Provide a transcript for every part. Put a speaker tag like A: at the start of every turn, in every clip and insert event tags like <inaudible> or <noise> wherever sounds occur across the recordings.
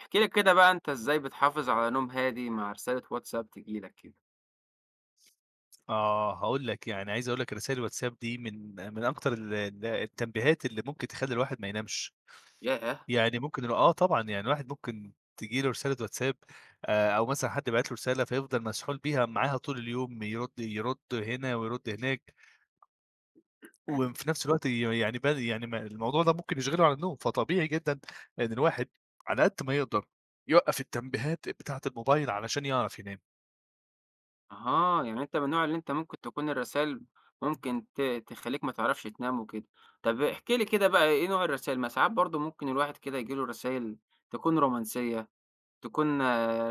A: احكِ لي كده بقى أنت إزاي بتحافظ على نوم هادي مع رسالة واتساب تيجي لك كده؟
B: آه، هاقول لك، يعني عايز أقول لك رسايل الواتساب دي من أكتر ال ال التنبيهات اللي ممكن تخلّي الواحد ما ينامش،
A: ياه!
B: يعني ممكن آه طبعًا، يعني الواحد ممكن تيجي له رسالة واتساب، أو مثلًا حد باعت له رسالة فيفضل مسحول بيها معاها طول اليوم، يرد هنا ويرد هناك، وفي نفس الوقت ي يعني ب يعني ما الموضوع ده ممكن يشغله عن النوم، فطبيعي جدًا إن الواحد على قد ما يقدر يوقّف التنبيهات بتاعة الموبايل علشان يعرف ينام.
A: أها، يعني أنت من النوع اللي أنت ممكن تكون الرسايل ممكن تخلّيك ما تعرفش تنام وكده. طب احكِ لي كده بقى إيه نوع الرسايل؟ ما ساعات برضه ممكن الواحد كده ييجي له رسايل تكون رومانسية، تكون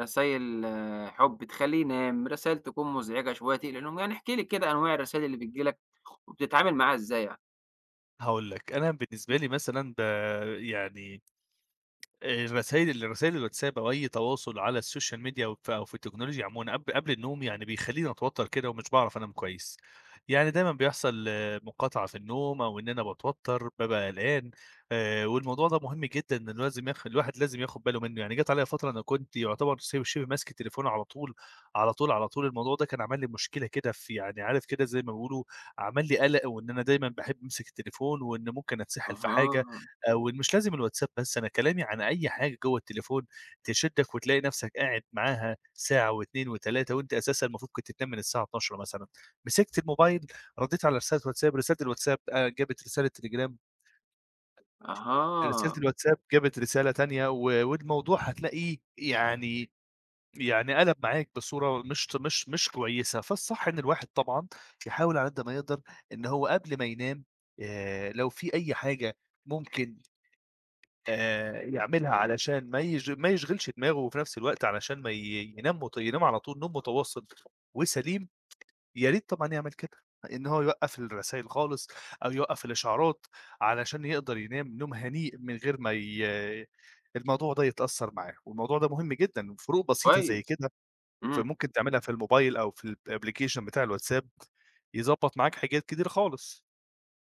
A: رسايل حُب تخلّيه ينام، رسايل تكون مزعجة شوية تقلق النوم، يعني احكِ لي كده أنواع الرسايل اللي بتيجي لك وبتتعامل معاها إزاي يعني؟
B: هاقول لك، أنا بالنسبة لي مثلًا يعني الرسايل الواتساب أو أي تواصل على السوشيال ميديا أو في التكنولوجيا عمومًا قبل النوم يعني بيخلّيني أتوتر كده ومش باعرف أنام كويس، يعني دايمًا بيحصل آه، مقاطعة في النوم أو إن أنا باتوتر، بابقى قلقان. والموضوع ده مهم جدًا إنه لازم الواحد لازم ياخد باله منه، يعني جات عليَّ فترة أنا كنت يعتبر شبه ماسك التليفون على طول، على طول، على طول. الموضوع ده كان عمل لي مشكلة كده في يعني عارف كده زي ما بيقولوا عمل لي قلق وإن أنا دايمًا باحب أمسك التليفون وإن ممكن أتسحل في حاجة.
A: أها،
B: ومش لازم الواتساب بس، أنا كلامي عن أي حاجة جوّه التليفون تشدّك وتلاقي نَفْسك قاعد معاها ساعة و2 و3، وأنت أساسًا المفروض كنت تنام من الساعة 00:00 مثلًا. مسكت الموبايل ردّيت على رسالة واتساب، رسالة الواتساب جابت رسالة تليجرام، رسالة
A: أها،
B: الواتساب جابت رسالة تانية، والموضوع هتلاقيه يعني يعني قَلَب معاك بصورة مش ط مش مش كويسة. فالصح إن الواحد طبعًا يحاول على قد ما يقدر إن هو قبل ما ينام لو في أي حاجة ممكن يعملها علشان ما يشغلش دماغه، وفي نفس الوقت علشان ما ي ينام مت ينام على طول نوم متواصل وسليم. يا ريت طبعًا يعمل كده، إن هو يوقّف الرسايل خالص أو يوقّف الإشعارات علشان يقدر ينام نوم هنيء من غير ما ي الموضوع ده يتأثّر معاه، والموضوع ده مهم جدًا، فروق بسيطة زي
A: كويس.
B: كده
A: إمم.
B: فممكن تعملها في الموبايل أو في الapplication بتاع الواتساب، يضبّط معاك حاجات كتير خالص.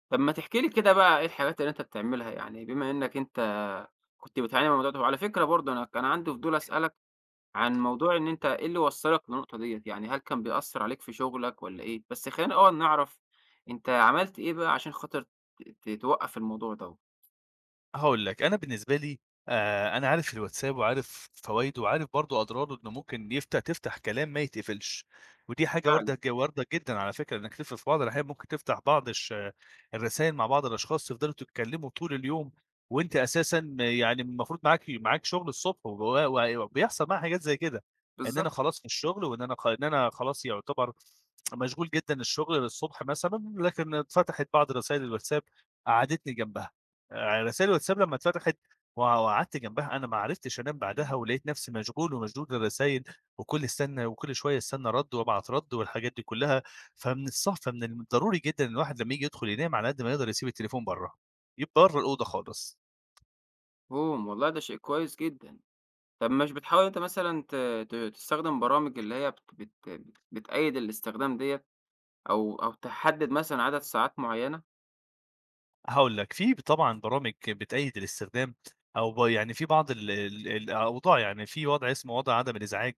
A: طب ما تحكي لي كده بقى إيه الحاجات اللي أنت بتعملها، يعني بما إنّك أنت كنت بتعاني من الموضوع ده، وعلى فكرة برضه أنا كان عندي فضول أسألك عن موضوع إن أنت إيه اللي وصّلك للنقطة ديّة، يعني هل كان بيأثّر عليك في شغلك والّا إيه؟ بس خلّينا الأول نعرف أنت عملت إيه بقى عشان خاطر توقّف الموضوع دوّة؟
B: هاقول لك، أنا بالنسبة لي أنا عارف الواتساب وعارف فوايده وعارف برضه أضراره إنه ممكن يفتح تفتح كلام ما يتقفلش، ودي حاجة
A: فعلًا،
B: واردة جدًا على فكرة إنك في بعض الأحيان ممكن تفتح بعض الش الرسايل مع بعض الأشخاص تفضلوا تتكلموا طول اليوم، وأنت أساسًا يعني المفروض معاك شغل الصبح، و و وبيحصل معايا حاجات زي كده. إن أنا
A: بالضبط،
B: خلاص في الشغل وإن أنا خ إن أنا خلاص يعتبر مشغول جدًا الشغل للصبح مثلًا، لكن اتفتحت بعض رسايل الواتساب قعدتني جنبها. رسائل الواتساب لمّا اتفتحت وقعدت جنبها، أنا ما عرفتش أنام بعدها، ولقيت نفسي مشغول ومشدود للرسايل، وكل استنى وكل شوية استنى رَد وابعت رَد والحاجات دي كلها. فمن الضروري جدًا إن الواحد لمّا ييجي يدخل ينام على قد ما يقدر يسيب التليفون برّه، برّه الأوضة خالص.
A: مفهوم، والله ده شيء كويس جدًا. طب مش بتحاول أنت مثلًا ت ت تستخدم برامج اللي هي بت بت بتقيّد الاستخدام ديّة أو تحدد مثلًا عدد ساعات معيّنة؟
B: هاقول لك، في طبعًا برامج بتقيّد الاستخدام أو ب يعني في بعض ال ال الأوضاع، يعني في وضع اسمه وضع عدم الإزعاج.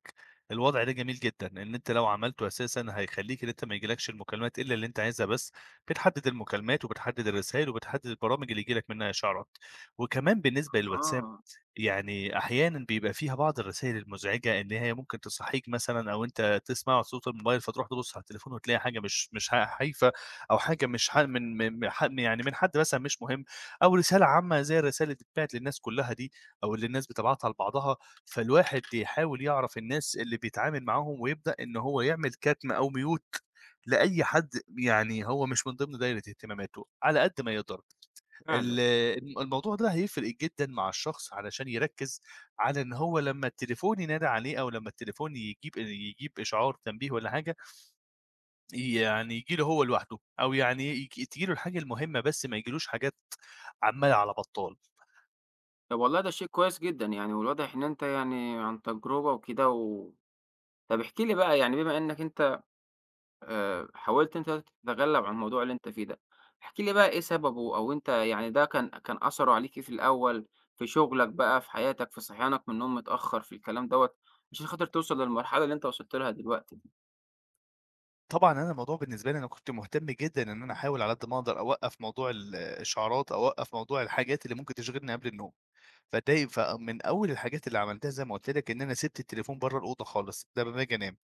B: الوضع ده جميل جدًا، إن أنت لو عملته أساسًا هيخلّيك إن أنت ما ييجيلكش المكالمات إلا اللي أنت عايزها بس، بتحدد المكالمات وبتحدد الرسايل وبتحدد البرامج اللي ييجي لك منها إشعارات، وكمان بالنسبة للواتساب
A: آه،
B: يعني أحيانًا بيبقى فيها بعض الرسايل المزعجة إن هي ممكن تصحّيك مثلًا أو أنت تسمع صوت الموبايل فتروح تبُص على التليفون وتلاقي حاجة مش هايفة، أو حاجة مش ح من من من ح يعني من حد مثلًا مش مهم، أو رسالة عامة زي الرسائل اللي بتتبعت للناس كلها دي، أو اللي الناس بتبعتها لبعضها. فالواحد يحاول يعرف الناس اللي بيتعامل معاهم، ويبدأ إن هو يعمل كتم أو mute لأي حد يعني هو مش من ضمن دايرة اهتماماته، على قد ما يقدر. ال
A: فعلًا.
B: الم الموضوع ده هيفرق جدًا مع الشخص علشان يركّز على إن هو لمّا التليفون ينادى عليه، أو لمّا التليفون يجيب إشعار تنبيه والّا حاجة يعني ييجي له هو لوحده، أو يعني تيجي له الحاجة المهمة بس ما ييجيلوش حاجات عمّالة على بطّال.
A: طب والله ده شيء كويس جدًا يعني، والواضح إن أنت يعني عن تجربة وكده طب احكِ لي بقى يعني بما إنك أنت حاولت أنت تتغلب عن الموضوع اللي أنت فيه ده، احكِ لي بقى إيه سببه أو أنت يعني ده كان كان أثره عليك إيه في الأول، في شغلك بقى، في حياتك، في صحيانك من النوم متأخر، في الكلام دوّة، عشان خاطر توصل للمرحلة اللي أنت وصلت لها دلوقتي،
B: طبعًا أنا الموضوع بالنسبة لي أنا كنت مهتم جدًا إن أنا أحاول على قد ما أقدر أوقّف موضوع الإشعارات، أوقّف موضوع الحاجات اللي ممكن تشغلني قبل النوم. فمن أول الحاجات اللي عملتها زي ما قُلت لك إن أنا سِبت التليفون برّه الأوضة خالص، ده لمّا باجي أنام.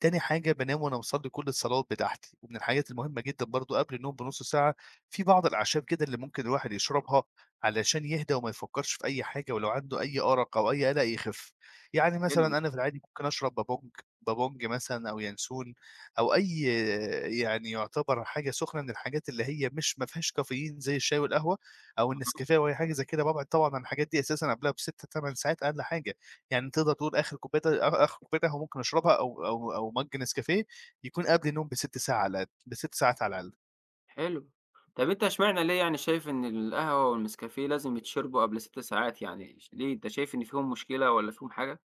B: تاني حاجة بانام وأنا مصلّي كل الصلوات بتاعتي، ومن الحاجات المهمة جدًا برضه قبل النوم بنُص ساعة في بعض الأعشاب كده اللي ممكن الواحد يشربها علشان يهدى وما يفكّرش في أي حاجة، ولو عنده أي أرق أو أي قلق يخف. يعني
A: حلو،
B: مثلًا أنا في العادي ممكن أشرب بابونج، بابونج مثلًا أو ينسون أو أي يعني يعتبر حاجة سُخنة من الحاجات اللي هي مش ما فيهاش كافيين زي الشاي والقهوة أو
A: أها،
B: النسكافيه أو أي حاجة زي كده. بابعد طبعًا عن الحاجات دي أساسًا قبلها ب6، 8 ساعات أقل حاجة. يعني تقدر تقول آخر كوباية قهوة ممكن أشربها أو مَج نسكافيه يكون قبل النوم ب6 ساعة على الأقل، ب6 ساعات على الأقل.
A: حلو. طب أنت اشمعنى ليه يعني شايف إن القهوة والنسكافيه لازم يتشربوا قبل 6 ساعات يعني، ليه أنت شايف إن فيهم مشكلة والّا فيهم حاجة؟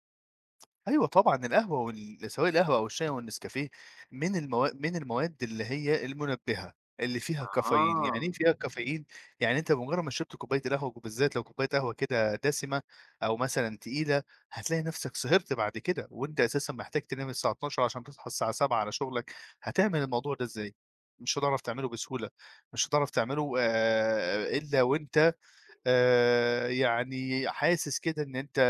B: أيوه طبعًا، القهوة وال سواء القهوة أو الشاي أو النسكافيه من المواد اللي هي المنبهة، اللي فيها كافيين، يعني
A: أها.
B: إيه فيها كافيين؟ يعني أنت بمجرد ما شربت كوباية القهوة وبالذات لو كوباية قهوة كده دسمة أو مثلًا تقيلة، هتلاقي نفسك سهرت بعد كده، وأنت أساسًا محتاج تنام الساعة 12:00 عشان تصحى الساعة 7:00 على شغلك، هتعمل الموضوع ده إزاي؟ مش هتعرف تعمله بسهولة، مش هتعرف تعمله إلا وأنت، يعني حاسس كده إن أنت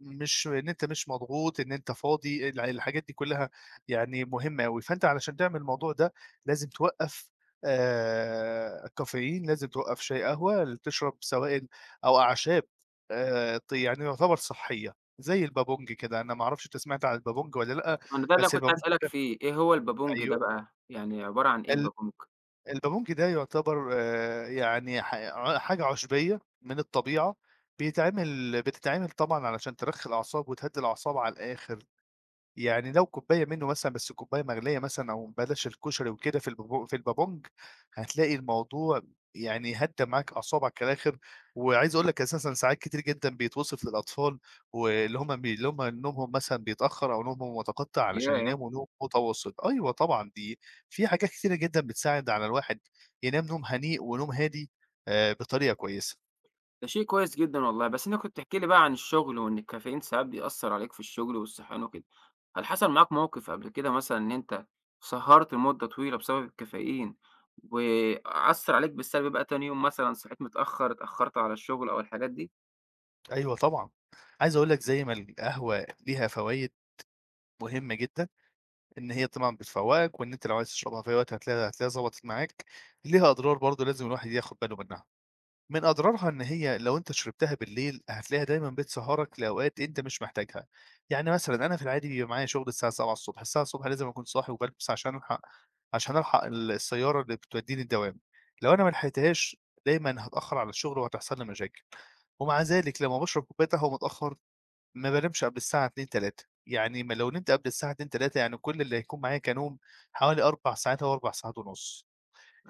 B: مش إن أنت مش مضغوط، إن أنت فاضي، الحاجات دي كلّها يعني مهمة أوي، فأنت علشان تعمل الموضوع ده لازم توقّف الكافيين، لازم توقّف شاي، قهوة، تشرب سوائل أو أعشاب ط يعني يعتبر صحية زي البابونج كده، أنا ما أعرفش أنت سمعت عن البابونج والّا لأ.
A: ما أنا ده اللي
B: بس
A: كنت عايز
B: البابونج
A: أسألك فيه، إيه هو البابونج ده
B: أيوه،
A: بقى؟ يعني عبارة عن إيه
B: ال
A: البابونج؟
B: البابونج ده يعتبر يعني ح ع حاجة عُشبيّة من الطبيعة، بتتعمل طبعًا علشان ترخّي الأعصاب وتهدّي الأعصاب على الآخر. يعني لو كوباية منه مثلًا بس كوباية مغلية مثلًا أو بلاش الكشري وكده في البابونج، هتلاقي الموضوع يعني هدّى معاك أعصابك على الآخر. وعايز أقول لك أساسًا ساعات كتير جدًا بيتوصف للأطفال واللي هم بي اللي هم نومهم مثلًا بيتأخّر أو نومهم متقطّع علشان
A: ياه!
B: يناموا نوم متواصل، أيوه طبعًا دي، في حاجات كتيرة جدًا بتساعد على الواحد ينام نوم هنيء ونوم هادي بطريقة كويسة.
A: ده شيء كويس جدًا والله، بس أنت كنت بتحكي لي بقى عن الشغل وإن الكافيين ساعات بيأثّر عليك في الشغل والصحيان وكده، هل حصل معاك موقف قبل كده مثلًا إن أنت سهرت لمدة طويلة بسبب الكافيين، وأثّر عليك بالسلب بقى تاني يوم مثلًا صحيت متأخّر، اتأخّرت على الشغل أو الحاجات دي؟
B: أيوه طبعًا، عايز أقول لك زي ما القهوة ليها فوايد مهمة جدًا إن هي طبعًا بتفوّقك، وإن أنت لو عايز تشربها في أي وقت هتلاقيها ضبطت معاك، ليها أضرار برضه لازم الواحد ياخد باله منها، من أضرارها إن هي لو أنت شربتها بالليل هتلاقيها دايمًا بتسهّرك لأوقات أنت مش محتاجها. يعني مثلًا أنا في العادي بيبقى معايا شغل الساعة 7:00 ص، الساعة 7:00 لازم أكون صاحي وبالبس عشان ألحق السيارة اللي بتودّيني الدوام، لو أنا ما لحقتهاش دايمًا هاتأخر على الشغل وهتحصل لي مشاكل. ومع ذلك لمّا باشرب كوباية قهوة متأخر ما بانامش قبل الساعة 02:00، 03:00، يعني ما لو نمت قبل الساعة 02:00، 03:00 يعني كل اللي هيكون معايا كنوم حوالي 4 ساعات أو 4 ساعات ونُص.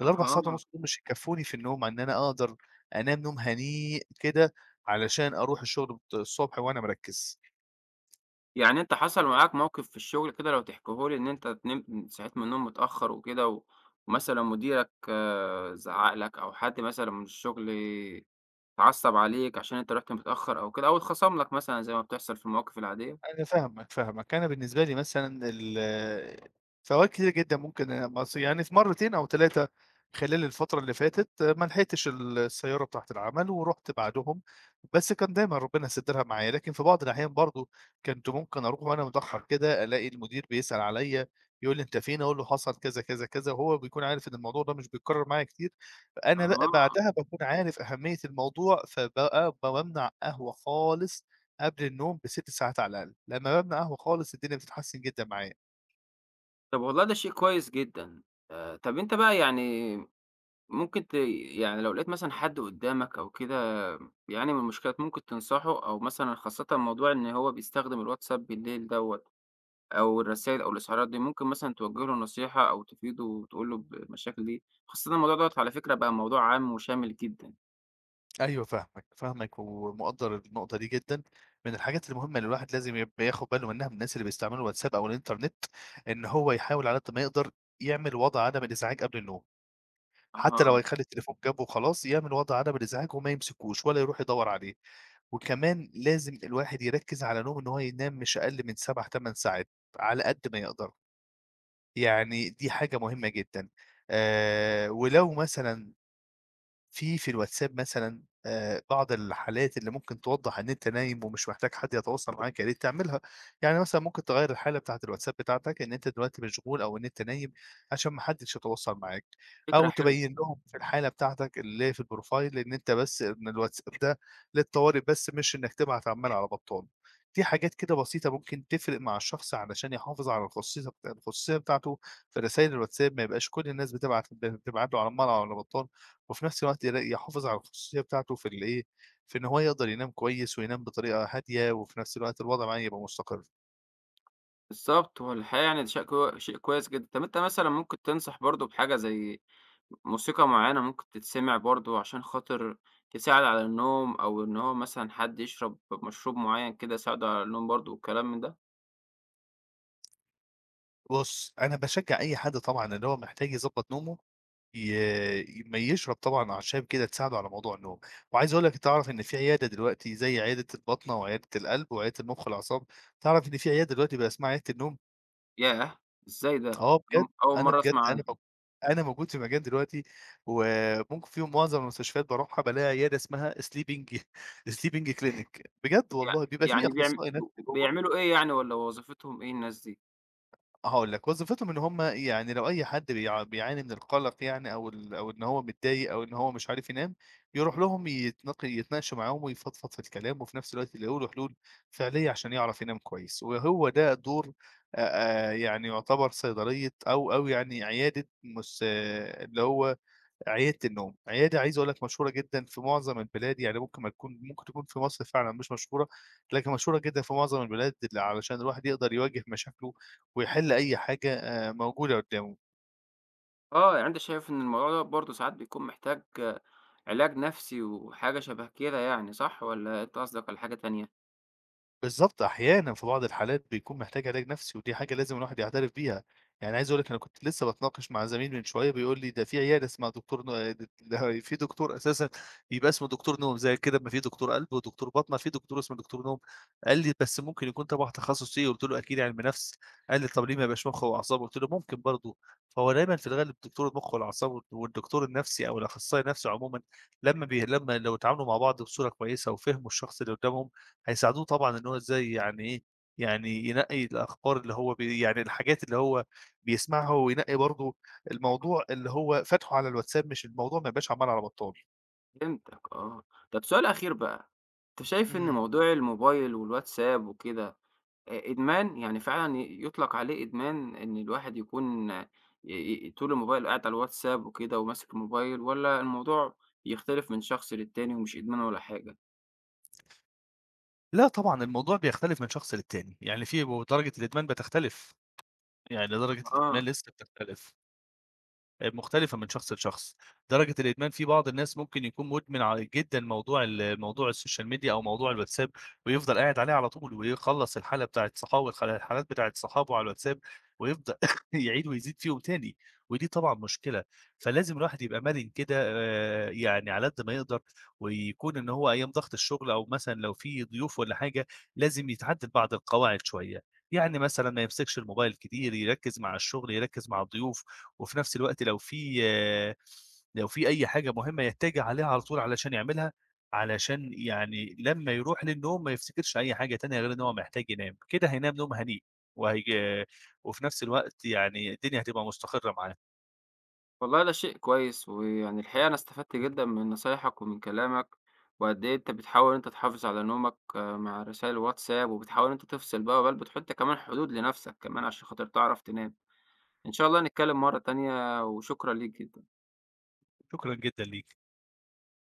B: ال4 ساعات ونُص دول مش هيكفّوني في النوم إن أنا أقدر أنام نوم هنيء كده علشان أروح الشغل الصبح وأنا مركّز.
A: يعني أنت حصل معاك موقف في الشغل كده لو تحكيه لي إن أنت نمت صحيت من النوم متأخر وكده ومثلًا مديرك زعّق لك أو حد مثلًا من الشغل اتعصب عليك عشان أنت رُحت متأخر أو كده أو اتخصم لك مثلًا زي ما بتحصل في المواقف العادية؟
B: أنا فاهمك، فاهمك. أنا بالنسبة لي مثلًا فوات كتيرة جدًا ممكن يعني في مرّتين أو 3 خلال الفترة اللي فاتت ما لحقتش السيارة بتاعة العمل ورُحت بعدهم، بس كان دايمًا ربنا يسترها معايا. لكن في بعض الأحيان برضه كنت ممكن أروح وأنا متأخّر كده، ألاقي المدير بيسأل عليّا، يقول لي: "أنت فين؟" أقول له: "حصل كذا، كذا، كذا." وهو بيكون عارف إن الموضوع ده مش بيتكرر معايا كتير، فأنا بقى
A: آه،
B: بعدها باكون عارف أهمية الموضوع، فبقى بامنع قهوة خالص قبل النوم ب6 ساعات على الأقل، لمّا بابدأ قهوة خالص الدنيا بتتحسن جدًا معايا.
A: طب والله ده شيء كويس جدًا. طب أنت بقى يعني ممكن يعني لو لقيت مثلًا حد قدّامك أو كده بيعاني من مشكلة ممكن تنصحه أو مثلًا خاصةً موضوع إن هو بيستخدم الواتساب بالليل دوّة؟ أو الرسايل أو الإشعارات دي، ممكن مثلًا توجه له نصيحة أو تفيده وتقول له بالمشاكل دي، خاصةً الموضوع دوّة على فكرة بقى موضوع عام وشامل جدًا.
B: أيوه فاهمك، فاهمك، ومقدّر النقطة دي جدًا. من الحاجات المهمة اللي الواحد لازم يبقى ياخد باله منها من الناس اللي بيستعملوا الواتساب أو الإنترنت، إن هو يحاول على قد ما يقدر يعمل وضع عدم الإزعاج قبل النوم، حتى لو
A: أها،
B: هيخلّي التليفون جنبه وخلاص، يعمل وضع عدم الإزعاج وما يمسكوش ولا يروح يدوّر عليه، وكمان لازم الواحد يركّز على نومه إن هو ينام مش أقل من 7، 8 ساعات على قد ما يقدر. يعني دي حاجة مهمة جدًا. ولو مثلًا في الواتساب مثلًا بعض الحالات اللي ممكن توضّح إن أنت نايم ومش محتاج حد يتواصل معاك، يا ريت تعملها. يعني مثلًا ممكن تغيّر الحالة بتاعة الواتساب بتاعتك إن أنت دلوقتي مشغول أو إن أنت نايم عشان ما حدش يتواصل معاك، أو
A: فكرة حلوة،
B: تبيّن لهم في الحالة بتاعتك اللي هي في البروفايل إن أنت بس إن الواتساب ده للطوارئ بس مش إنّك تبعت عَمّال على بطّال. دي حاجات كده بسيطة ممكن تفرق مع الشخص علشان يحافظ على الخصوصية بتاعته في رسايل الواتساب، ما يبقاش كل الناس بتبعت له عَمّال على بطّال. وفي نفس الوقت يلا يحافظ على الخصوصية بتاعته في الإيه، في إن هو يقدر ينام كويس وينام بطريقة هادية، وفي نفس الوقت الوضع معاه يبقى مستقر.
A: بالضبط، هو الحقيقة يعني ده شيء كويس جدًا. طب أنت مثلًا ممكن تنصح برضه بحاجة زي موسيقى معيّنة ممكن تتسمع برضه عشان خاطر تساعد على النوم، أو إن هو مثلًا حد يشرب مشروب معيّن كده يساعده على النوم برضه والكلام من ده؟
B: بُص، أنا باشجّع أي حد طبعًا اللي هو محتاج يضبّط نومه، ما يشرب طبعًا أعشاب كده تساعده على موضوع النوم. وعايز أقول لك تعرف إن في عيادة دلوقتي زي عيادة الباطنة وعيادة القلب وعيادة المخ والأعصاب، تعرف إن في عيادة دلوقتي بقى اسمها عيادة النوم؟
A: ياه! إزاي ده؟
B: آه بجد،
A: أول
B: أنا
A: مرّة
B: بجد
A: أسمع عنها.
B: أنا موجود في مكان دلوقتي وممكن فيهم معظم المستشفيات باروحها بالاقي عيادة اسمها sleeping <laughs> sleeping clinic بجد
A: يع
B: والله بيبقى في
A: يعني
B: أخصائي نفسي جوّه.
A: بيعملوا إيه يعني والّا وظيفتهم إيه الناس دي؟
B: هاقول لك، وظيفتهم إن هم يعني لو أي حد بيعاني من القَلَق يعني أو إن هو متضايق أو إن هو مش عارف ينام، يروح لهم يتناقشوا معاهم ويفضفض في الكلام وفي نفس الوقت يلاقوا له حلول فعلية عشان يعرف ينام كويس، وهو ده دور يعني يُعتبر صيدلية أو يعني عيادة مس آه، اللي هو عيادة النوم، عايز أقول لك مشهورة جدًا في معظم البلاد، يعني ممكن ما تكون ممكن تكون في مصر فعلًا مش مشهورة، لكن مشهورة جدًا في معظم البلاد، علشان الواحد يقدر يواجه مشاكله ويحل أي حاجة موجودة قدّامه.
A: آه، يعني أنت شايف إن الموضوع دوّة برضه ساعات بيكون محتاج علاج نفسي وحاجة شبه كده يعني صح والّا أنت قصدك على حاجة تانية؟
B: بالضبط، أحيانًا في بعض الحالات بيكون محتاج علاج نفسي، ودي حاجة لازم الواحد يعترف بيها، يعني عايز أقول لك أنا كنت لسه باتناقش مع زميل من شوية بيقول لي ده في دكتور أساسًا بيبقى اسمه دكتور نوم زي كده، أمّا في دكتور قلب ودكتور بطنة، في دكتور اسمه دكتور نوم، قال لي: "بس ممكن يكون تبع تخصص إيه؟" قُلت له: "أكيد علم نفس." قال لي: "طب ليه ما يبقاش مُخ وأعصاب؟" قُلت له: "ممكن برضه." فهو دايمًا في الغالب دكتور المُخ والأعصاب والدكتور النفسي أو الأخصائي النفسي عمومًا لمّا لو اتعاملوا مع بعض بصورة كويسة وفهموا الشخص اللي قدامهم هيساعدوه طبعًا إن هو إزاي يعني إيه، يعني ينقّي الأخبار اللي هو يعني الحاجات اللي هو بيسمعها وينقّي برضه الموضوع اللي هو فاتحه على الواتساب، مش الموضوع ما يبقاش عمال على بطّال.
A: فهمتك آه. طب سؤال أخير بقى، أنت شايف إن
B: إمم.
A: موضوع الموبايل والواتساب وكده إدمان؟ يعني فعلًا يُطلق عليه إدمان إن الواحد يكون آه، ي ي طول الموبايل قاعد على الواتساب وكده وماسك الموبايل والّا الموضوع يختلف من شخص للتاني ومش إدمان ولا حاجة؟
B: لأ طبعًا الموضوع بيختلف من شخص للتاني، يعني في ودرجة الإدمان بتختلف، يعني درجة الإدمان
A: آه.
B: لسه بتختلف. مختلفة من شخص لشخص، درجة الإدمان في بعض الناس ممكن يكون مدمن جدًا موضوع موضوع السوشيال ميديا أو موضوع الواتساب، ويفضل قاعد عليه على طول ويخلّص الحالة بتاعة صحاب الخ الحالات بتاعة صحابه على الواتساب، ويفضل <laughs> يعيد ويزيد فيهم تاني، ودي طبعًا مشكلة، فلازم الواحد يبقى مرن كده، يعني على قد ما يقدر، ويكون إن هو أيام ضغط الشغل أو مثلًا لو في ضيوف والّا حاجة، لازم يتعدل بعض القواعد شوية، يعني مثلًا ما يمسكش الموبايل كتير، يركّز مع الشغل، يركّز مع الضيوف. وفي نفس الوقت لو في لو في أي حاجة مهمة يتّجِه عليها على طول علشان يعملها، علشان يعني لمّا يروح للنوم ما يفتكرش أي حاجة تانية غير إن هو محتاج ينام، كده هينام نوم هنيء وهيج وفي نفس الوقت يعني الدنيا هتبقى مستقرة معاه.
A: والله ده شيء كويس، ويعني الحقيقة أنا استفدت جدًا من نصايحك ومن كلامك، وقد إيه أنت بتحاول إن أنت تحافظ على نومك آه، مع رسايل الواتساب، وبتحاول إن أنت تفصل بقى، بتحط كمان حدود لنفسك كمان عشان خاطر تعرف تنام، إن شاء الله نتكلم مرة تانية، وشكرًا ليك جدًا.
B: شكرًا جدًا ليكِ.